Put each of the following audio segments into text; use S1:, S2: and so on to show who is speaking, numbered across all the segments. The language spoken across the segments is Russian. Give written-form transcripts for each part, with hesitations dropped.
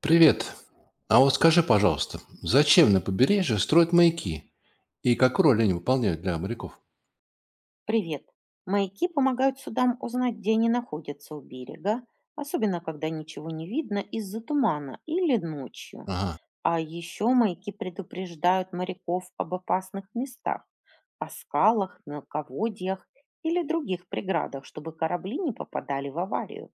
S1: Привет. А вот скажи, пожалуйста, зачем на побережье строят маяки и какую роль они выполняют для моряков?
S2: Привет. Маяки помогают судам узнать, где они находятся у берега, особенно когда ничего не видно из-за тумана или ночью.
S1: Ага,
S2: А еще маяки предупреждают моряков об опасных местах, о скалах, мелководьях или других преградах, чтобы корабли не попадали в аварию.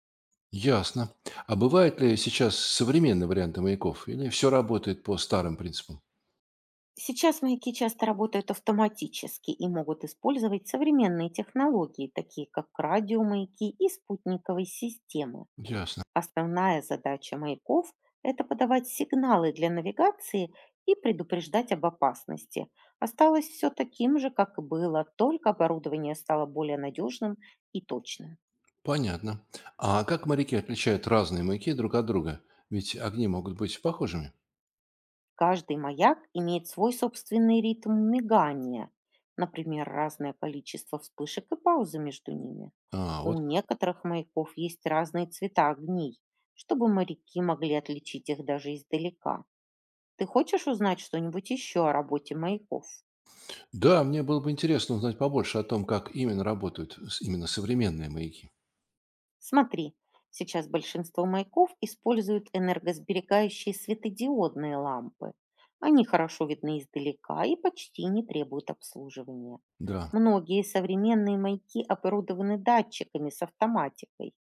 S1: ясно. А бывают ли сейчас современные варианты маяков или все работает по старым принципам?
S2: Сейчас маяки часто работают автоматически и могут использовать современные технологии, такие как радиомаяки и спутниковые системы.
S1: Ясно.
S2: Основная задача маяков – это подавать сигналы для навигации и предупреждать об опасности. Осталось все таким же, как и было, только оборудование стало более надежным и точным.
S1: Понятно. А как моряки отличают разные маяки друг от друга? Ведь огни могут быть похожими.
S2: Каждый маяк имеет свой собственный ритм мигания, например, разное количество вспышек и паузы между ними.
S1: А, вот.
S2: У некоторых маяков есть разные цвета огней, чтобы моряки могли отличить их даже издалека. Ты хочешь узнать что-нибудь еще о работе маяков?
S1: Да, мне было бы интересно узнать побольше о том, как именно работают именно современные маяки.
S2: Смотри, сейчас большинство маяков используют энергосберегающие светодиодные лампы. Они хорошо видны издалека и почти не требуют обслуживания.
S1: Да.
S2: Многие современные маяки оборудованы датчиками с автоматикой.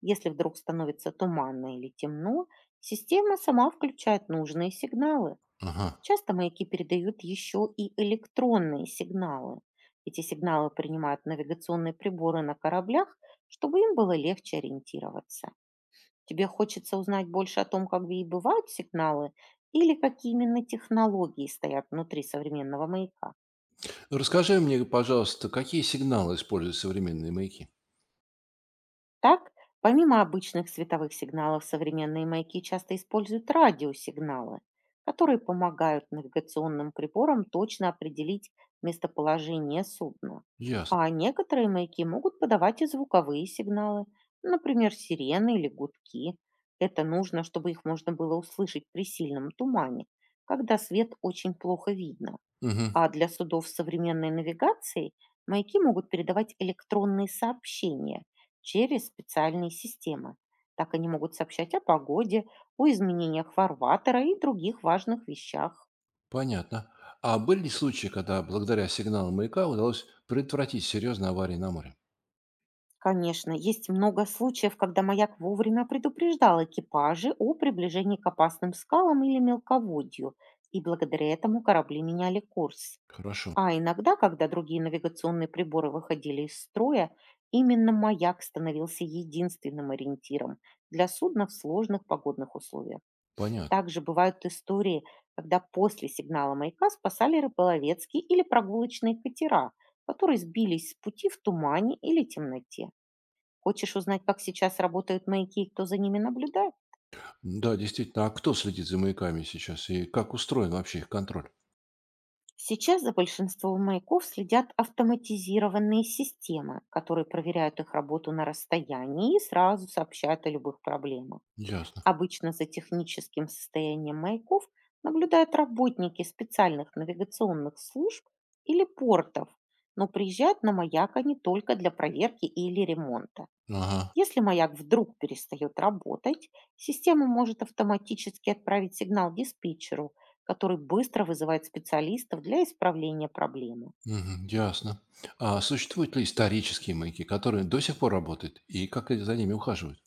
S2: Если вдруг становится туманно или темно, система сама включает нужные сигналы.
S1: Ага.
S2: Часто маяки передают еще и электронные сигналы. Эти сигналы принимают навигационные приборы на кораблях, чтобы им было легче ориентироваться. Тебе хочется узнать больше о том, как и бывают сигналы, или какие именно технологии стоят внутри современного маяка?
S1: Расскажи мне, пожалуйста, какие сигналы используют современные маяки?
S2: Так, помимо обычных световых сигналов, современные маяки часто используют радиосигналы, которые помогают навигационным приборам точно определить местоположение судна.
S1: Ясно.
S2: А некоторые маяки могут подавать и звуковые сигналы, например, сирены или гудки. Это нужно, чтобы их можно было услышать при сильном тумане, когда свет очень плохо видно.
S1: Мгм.
S2: А для судов современной навигации маяки могут передавать электронные сообщения через специальные системы. Так они могут сообщать о погоде, о изменениях фарватера и других важных вещах.
S1: Понятно. А были ли случаи, когда благодаря сигналам маяка удалось предотвратить серьезные аварии на море?
S2: Конечно, есть много случаев, когда маяк вовремя предупреждал экипажи о приближении к опасным скалам или мелководью, и благодаря этому корабли меняли курс.
S1: Хорошо.
S2: А иногда, когда другие навигационные приборы выходили из строя, именно маяк становился единственным ориентиром для судна в сложных погодных условиях.
S1: Понятно.
S2: Также бывают истории, когда после сигнала маяка спасали рыболовецкие или прогулочные катера, которые сбились с пути в тумане или темноте. Хочешь узнать, как сейчас работают маяки и кто за ними наблюдает?
S1: Да, действительно. А кто следит за маяками сейчас и как устроен вообще их контроль?
S2: Сейчас за большинством маяков следят автоматизированные системы, которые проверяют их работу на расстоянии и сразу сообщают о любых проблемах.
S1: Ясно.
S2: Обычно за техническим состоянием маяков наблюдают работники специальных навигационных служб или портов, но приезжают на маяк они только для проверки или ремонта.
S1: Ага.
S2: Если маяк вдруг перестает работать, система может автоматически отправить сигнал диспетчеру, который быстро вызывает специалистов для исправления проблемы.
S1: Мгм. Ясно. А существуют ли исторические маяки, которые до сих пор работают, и как за ними ухаживают?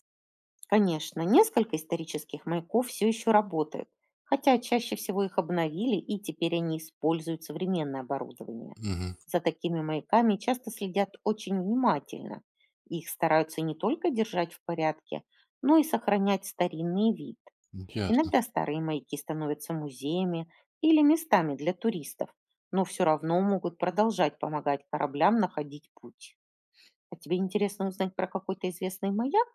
S2: Конечно, несколько исторических маяков все еще работают, хотя чаще всего их обновили и теперь они используют современное оборудование.
S1: Угу,
S2: За такими маяками часто следят очень внимательно. Их стараются не только держать в порядке, но и сохранять старинный вид.
S1: ясно.
S2: Иногда старые маяки становятся музеями или местами для туристов, но все равно могут продолжать помогать кораблям находить путь. А тебе интересно узнать про какой-то известный маяк?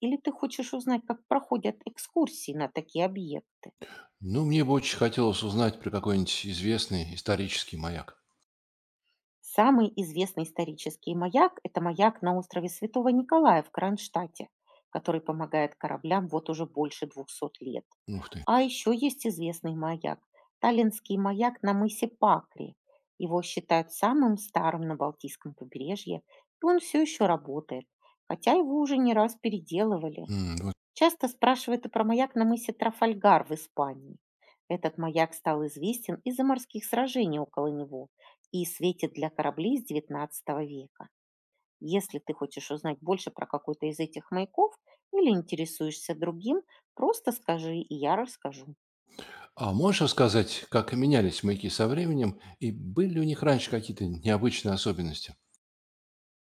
S2: Или ты хочешь узнать, как проходят экскурсии на такие объекты?
S1: Ну, мне бы очень хотелось узнать про какой-нибудь известный исторический маяк.
S2: Самый известный исторический маяк – это маяк на острове Святого Николая в Кронштадте, который помогает кораблям вот уже больше 200 лет.
S1: Ух ты.
S2: А еще есть известный маяк – Таллинский маяк на мысе Пакри. Его считают самым старым на Балтийском побережье, и он все еще работает, хотя его уже не раз переделывали.
S1: М, вот.
S2: Часто спрашивают и про маяк на мысе Трафальгар в Испании. Этот маяк стал известен из-за морских сражений около него и светит для кораблей с XIX века. Если ты хочешь узнать больше про какой-то из этих маяков или интересуешься другим, просто скажи, и я расскажу.
S1: А можешь рассказать, как менялись маяки со временем и были ли у них раньше какие-то необычные особенности?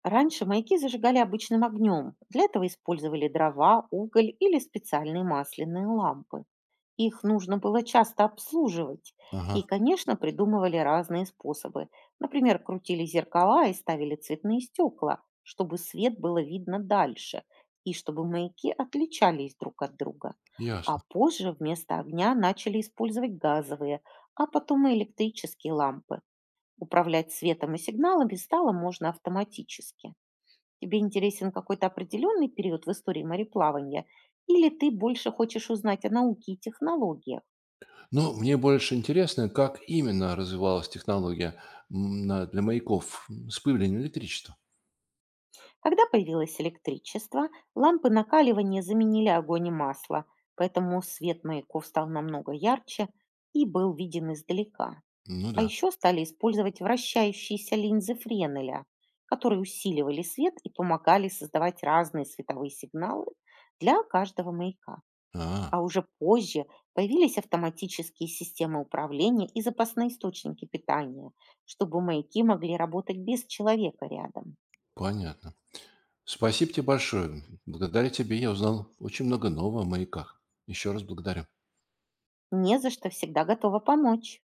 S2: Раньше маяки зажигали обычным огнем. Для этого использовали дрова, уголь или специальные масляные лампы. Их нужно было часто обслуживать.
S1: Ага,
S2: И, конечно, придумывали разные способы. Например, крутили зеркала и ставили цветные стекла, чтобы свет было видно дальше и чтобы маяки отличались друг от друга. А
S1: ясно.
S2: позже вместо огня начали использовать газовые, а потом и электрические лампы. Управлять светом и сигналами стало можно автоматически. Тебе интересен какой-то определенный период в истории мореплавания или ты больше хочешь узнать о науке и технологиях?
S1: Ну, мне больше интересно, как именно развивалась технология для маяков с появлением электричества.
S2: Когда появилось электричество, лампы накаливания заменили огонь и масло, поэтому свет маяков стал намного ярче и был виден издалека.
S1: Ну
S2: А
S1: да.
S2: еще стали использовать вращающиеся линзы Френеля, которые усиливали свет и помогали создавать разные световые сигналы для каждого маяка.
S1: А,
S2: А уже позже появились автоматические системы управления и запасные источники питания, чтобы маяки могли работать без человека рядом.
S1: понятно. Спасибо тебе большое. Благодаря тебе я узнал очень много нового о маяках. Еще раз благодарю.
S2: Не за что, всегда готова помочь.